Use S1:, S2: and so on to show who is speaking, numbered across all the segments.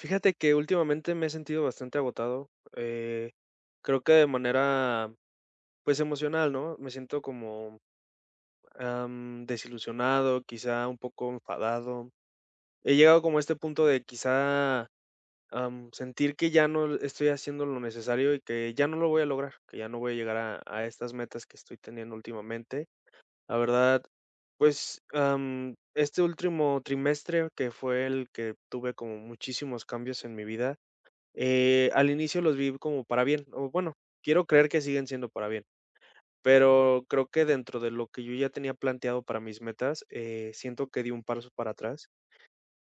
S1: Fíjate que últimamente me he sentido bastante agotado, eh, creo que de manera, pues, emocional, ¿no? Me siento como, desilusionado, quizá un poco enfadado. He llegado como a este punto de quizá, sentir que ya no estoy haciendo lo necesario y que ya no lo voy a lograr, que ya no voy a llegar a estas metas que estoy teniendo últimamente. La verdad, pues, este último trimestre, que fue el que tuve como muchísimos cambios en mi vida. Al inicio los vi como para bien, o bueno, quiero creer que siguen siendo para bien, pero creo que dentro de lo que yo ya tenía planteado para mis metas, siento que di un paso para atrás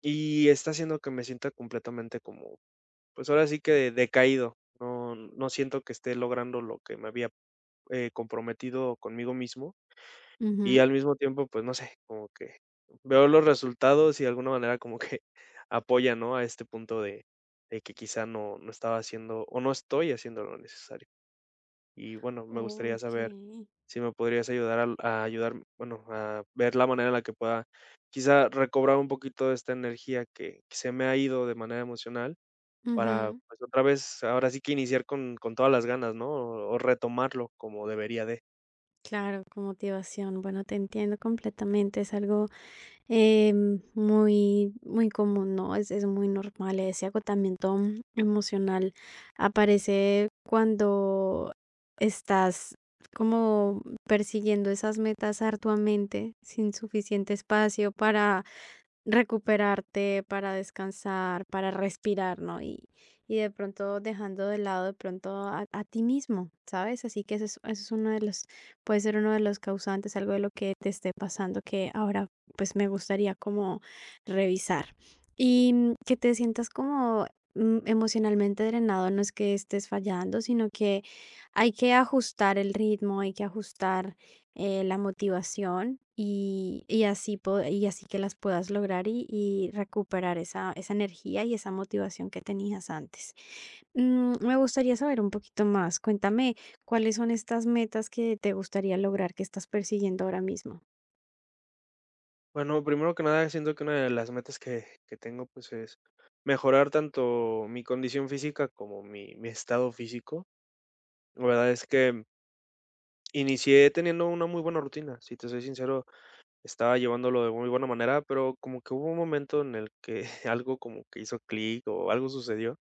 S1: y está haciendo que me sienta completamente como, pues ahora sí que decaído. No, no siento que esté logrando lo que me había comprometido conmigo mismo, y
S2: Ujú.
S1: al mismo tiempo, pues, no sé, como que veo los resultados y de alguna manera como que apoya, ¿no?, a este punto de que quizá no estaba haciendo o no estoy haciendo lo necesario. Y bueno, me gustaría saber
S2: Okey.
S1: si me podrías ayudar al a ayudar, bueno, a ver la manera en la que pueda quizá recobrar un poquito de esta energía que se me ha ido de manera emocional para,
S2: Ujú.
S1: pues, otra vez, ahora sí que iniciar con todas las ganas, ¿no?, o retomarlo como debería de.
S2: Claro, con motivación. Bueno, te entiendo completamente. Es algo, muy muy común, ¿no? Es muy normal. Ese agotamiento emocional aparece cuando estás como persiguiendo esas metas arduamente, sin suficiente espacio para recuperarte, para descansar, para respirar, ¿no? Y de pronto dejando de lado de pronto a ti mismo, ¿sabes? Así que eso es uno de los, puede ser uno de los causantes, algo de lo que te esté pasando que ahora pues me gustaría como revisar. Y que te sientas como emocionalmente drenado, no es que estés fallando, sino que hay que ajustar el ritmo, hay que ajustar la motivación y y así que las puedas lograr y recuperar esa energía y esa motivación que tenías antes. Me gustaría saber un poquito más. Cuéntame cuáles son estas metas que te gustaría lograr, que estás persiguiendo ahora mismo.
S1: Bueno, primero que nada, siento que una de las metas que tengo, pues, es mejorar tanto mi condición física como mi estado físico. La verdad es que inicié teniendo una muy buena rutina, si te soy sincero, estaba llevándolo de muy buena manera, pero como que hubo un momento en el que algo como que hizo clic o algo sucedió,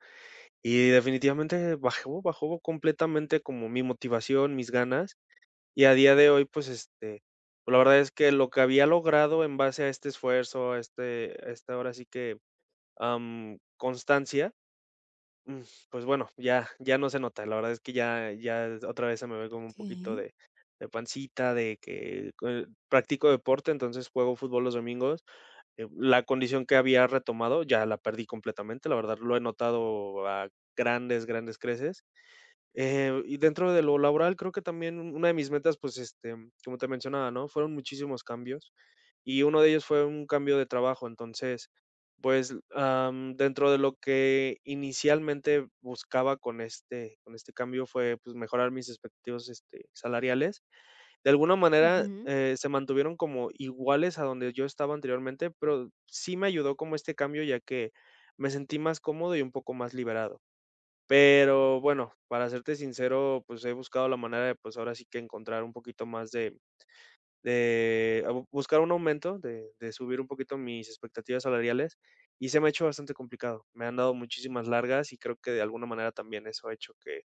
S1: y definitivamente bajó completamente como mi motivación, mis ganas, y a día de hoy, pues, este, pues, la verdad es que lo que había logrado en base a este esfuerzo, a este a esta ahora sí que, constancia, mm, pues bueno, ya no se nota. La verdad es que ya otra vez se me ve como un poquito
S2: Okay.
S1: de pancita, de que cue practico deporte, entonces juego fútbol los domingos. La condición que había retomado ya la perdí completamente, la verdad lo he notado a grandes, grandes creces. Y dentro de lo laboral, creo que también una de mis metas, pues, este, como te mencionaba, ¿no? Fueron muchísimos cambios y uno de ellos fue un cambio de trabajo. Entonces, pues, dentro de lo que inicialmente buscaba con este cambio fue, pues, mejorar mis expectativas, este, salariales. De alguna manera,
S2: Ujú.
S1: se mantuvieron como iguales a donde yo estaba anteriormente, pero sí me ayudó como este cambio, ya que me sentí más cómodo y un poco más liberado. Pero bueno, para serte sincero, pues he buscado la manera de, pues ahora sí que encontrar un poquito más de a bu buscar un aumento, de subir un poquito mis expectativas salariales, y se me ha hecho bastante complicado. Me han dado muchísimas largas y creo que de alguna manera también eso ha hecho que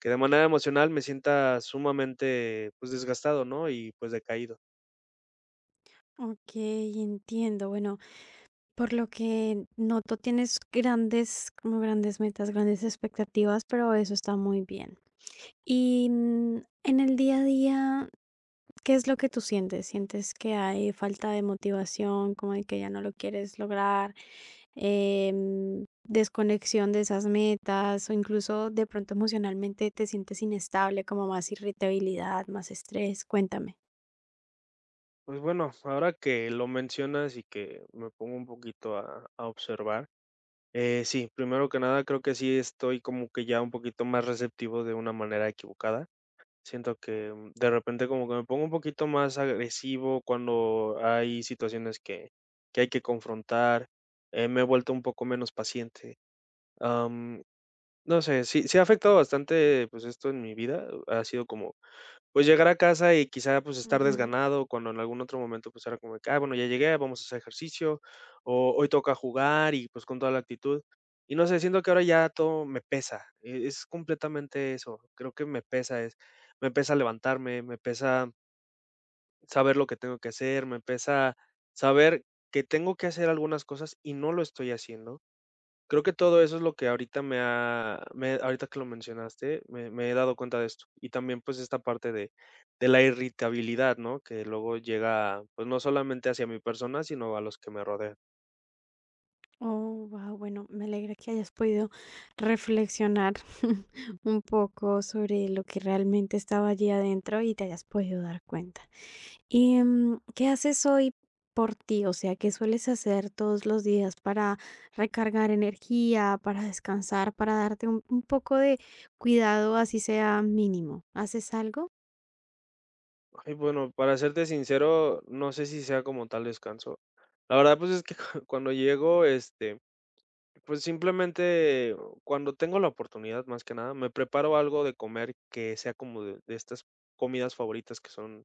S1: que de manera emocional me sienta sumamente, pues desgastado, ¿no? Y pues decaído.
S2: Ok, entiendo. Bueno, por lo que noto tienes como grandes metas, grandes expectativas, pero eso está muy bien. Y en el día a día, ¿qué es lo que tú sientes? ¿Sientes que hay falta de motivación, como de que ya no lo quieres lograr, desconexión de esas metas o incluso de pronto emocionalmente te sientes inestable, como más irritabilidad, más estrés? Cuéntame.
S1: Pues bueno, ahora que lo mencionas y que me pongo un poquito a observar. Sí, primero que nada, creo que sí estoy como que ya un poquito más receptivo de una manera equivocada. Siento que de repente como que me pongo un poquito más agresivo cuando hay situaciones que hay que confrontar. Me he vuelto un poco menos paciente. Am, no sé, sí, sí ha afectado bastante pues esto en mi vida. Ha sido como pues llegar a casa y quizá, pues, estar
S2: Ujú.
S1: desganado, cuando en algún otro momento, pues, era como de que: "Ah, bueno, ya llegué, vamos a hacer ejercicio", o "Hoy toca jugar", y, pues, con toda la actitud. Y no sé, siento que ahora ya todo me pesa, es completamente eso, creo que me pesa, es me pesa levantarme, me pesa saber lo que tengo que hacer, me pesa saber que tengo que hacer algunas cosas y no lo estoy haciendo. Creo que todo eso es lo que ahorita que lo mencionaste, me he dado cuenta de esto. Y también, pues, esta parte de la irritabilidad, ¿no? Que luego llega, pues, no solamente hacia mi persona, sino a los que me rodean.
S2: Oh, wow, bueno, me alegra que hayas podido reflexionar un poco sobre lo que realmente estaba allí adentro y te hayas podido dar cuenta. Y, ¿qué haces hoy por ti? O sea, ¿qué sueles hacer todos los días para recargar energía, para descansar, para darte un poco de cuidado, así sea mínimo? ¿Haces algo?
S1: Ay, bueno, para serte sincero, no sé si sea como tal descanso. La verdad, pues, es que cuando llego, este, pues simplemente cuando tengo la oportunidad, más que nada, me preparo algo de comer que sea como de estas comidas favoritas que son,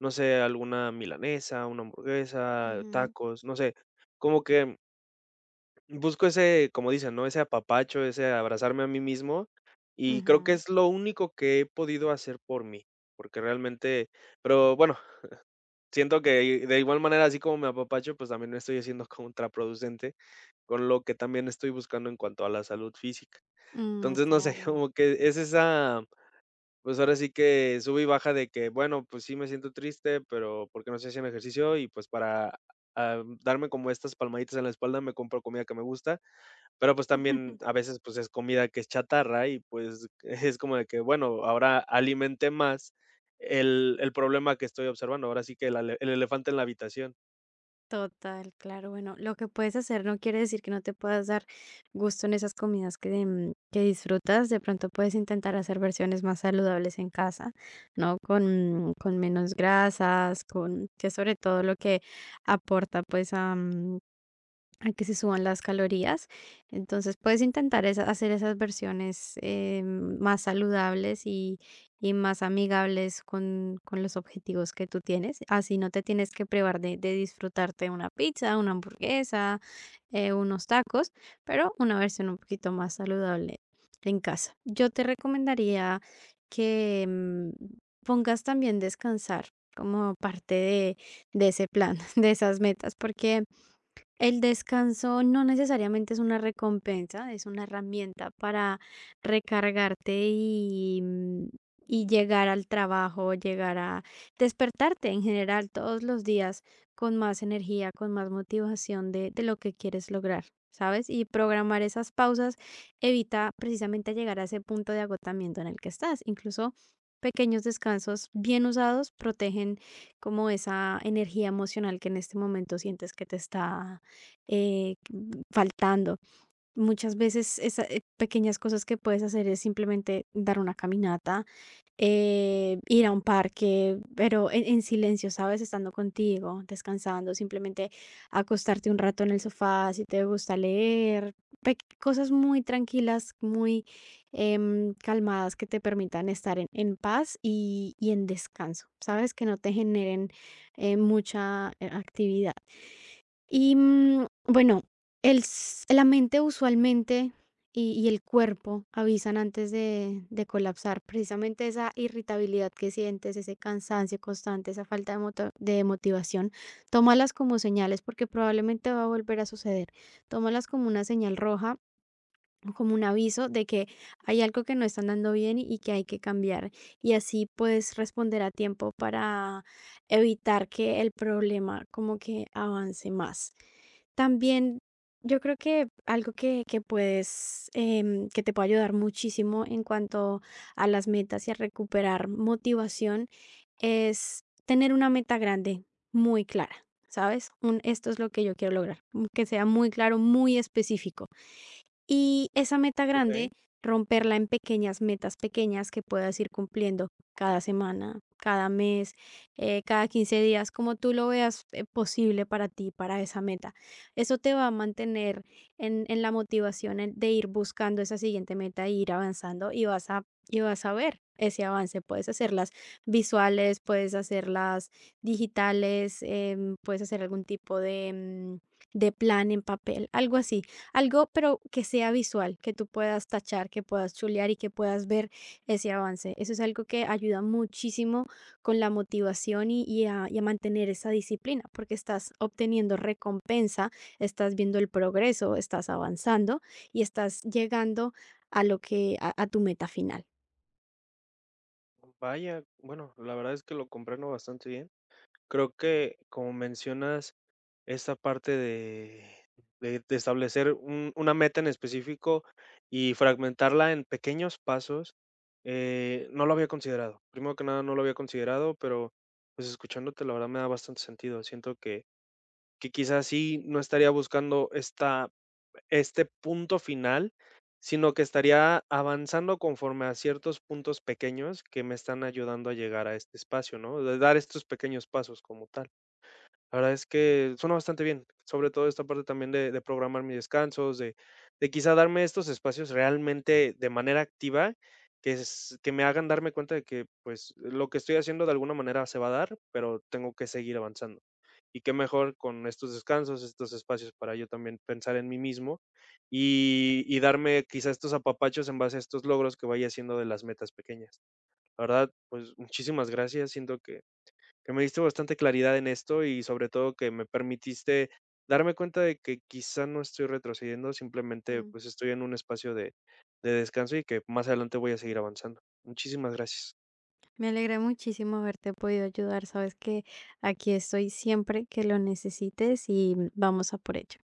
S1: no sé, alguna milanesa, una hamburguesa,
S2: Ujú,
S1: tacos, no sé, como que busco ese, como dicen, ¿no? Ese apapacho, ese abrazarme a mí mismo, y creo que
S2: ujú.
S1: es lo único que he podido hacer por mí, porque realmente, pero bueno, siento que de igual manera, así como me apapacho, pues también estoy haciendo contraproducente con lo que también estoy buscando en cuanto a la salud física.
S2: Mm,
S1: Entonces, no sé,
S2: claro.
S1: como que es esa, pues ahora sí que sube y baja de que, bueno, pues sí me siento triste, pero porque no estoy haciendo ejercicio y pues para darme como estas palmaditas en la espalda me compro comida que me gusta, pero pues también a veces pues es comida que es chatarra y pues es como de que, bueno, ahora alimenté más el problema que estoy observando, ahora sí que el, el elefante en la habitación.
S2: Total, claro. Bueno, lo que puedes hacer no quiere decir que no te puedas dar gusto en esas comidas que disfrutas. De pronto puedes intentar hacer versiones más saludables en casa, ¿no? Con menos grasas, con que sobre todo lo que aporta pues a que se suban las calorías. Entonces puedes intentar hacer esas versiones más saludables y más amigables con los objetivos que tú tienes. Así no te tienes que privar de disfrutarte una pizza, una hamburguesa, unos tacos, pero una versión un poquito más saludable en casa. Yo te recomendaría que pongas también descansar como parte de ese plan, de esas metas, porque el descanso no necesariamente es una recompensa, es una herramienta para recargarte y llegar al trabajo, llegar a despertarte en general todos los días con más energía, con más motivación de lo que quieres lograr, ¿sabes? Y programar esas pausas evita precisamente llegar a ese punto de agotamiento en el que estás. Incluso pequeños descansos bien usados protegen como esa energía emocional que en este momento sientes que te está faltando. Muchas veces esas pequeñas cosas que puedes hacer es simplemente dar una caminata, ir a un parque, pero en silencio, ¿sabes? Estando contigo, descansando, simplemente acostarte un rato en el sofá, si te gusta leer, cosas muy tranquilas, muy calmadas que te permitan estar en paz y en descanso, ¿sabes? Que no te generen mucha actividad. Y, bueno, el s la mente usualmente y el cuerpo avisan antes de colapsar, precisamente esa irritabilidad que sientes, ese cansancio constante, esa falta de motivación, tómalas como señales, porque probablemente va a volver a suceder. Tómalas como una señal roja, o como un aviso de que hay algo que no está andando bien y que hay que cambiar, y así puedes responder a tiempo para evitar que el problema como que avance más. También yo creo que algo que puedes, que te puede ayudar muchísimo en cuanto a las metas y a recuperar motivación es tener una meta grande muy clara, ¿sabes? Un, esto es lo que yo quiero lograr, que sea muy claro, muy específico. Y esa meta
S1: Ok,
S2: grande, romperla en pequeñas metas pequeñas que puedas ir cumpliendo cada semana, cada mes, cada 15 días, como tú lo veas posible para ti, para esa meta. Eso te va a mantener en la motivación de ir buscando esa siguiente meta e ir avanzando y y vas a ver ese avance. Puedes hacerlas visuales, puedes hacerlas digitales, puedes hacer algún tipo de plan en papel, algo, pero que sea visual, que tú puedas tachar, que puedas chulear y que puedas ver ese avance. Eso es algo que ayuda muchísimo con la motivación y a mantener esa disciplina, porque estás obteniendo recompensa, estás viendo el progreso, estás avanzando y estás llegando a lo a tu meta final.
S1: vaya, bueno, la verdad es que lo comprendo bastante bien. Creo que, como mencionas, esta parte de establecer un una meta en específico y fragmentarla en pequeños pasos, no lo había considerado. Primero que nada, no lo había considerado, pero, pues, escuchándote, la verdad me da bastante sentido. Siento que quizás sí no estaría buscando esta, este punto final, sino que estaría avanzando conforme a ciertos puntos pequeños que me están ayudando a llegar a este espacio, ¿no? De dar estos pequeños pasos como tal. La verdad es que suena bastante bien, sobre todo esta parte también de programar mis descansos, de quizá darme estos espacios realmente de manera activa, que me hagan darme cuenta de que, pues, lo que estoy haciendo de alguna manera se va a dar, pero tengo que seguir avanzando. Y qué mejor con estos descansos, estos espacios para yo también pensar en mí mismo, y darme quizá estos apapachos en base a estos logros que vaya haciendo de las metas pequeñas. La verdad, pues, muchísimas gracias, siento que me diste bastante claridad en esto y sobre todo que me permitiste darme cuenta de que quizá no estoy retrocediendo, simplemente
S2: Mm,
S1: pues estoy en un espacio de descanso y que más adelante voy a seguir avanzando. Muchísimas gracias.
S2: Me alegra muchísimo haberte podido ayudar. Sabes que aquí estoy siempre que lo necesites y vamos a por ello.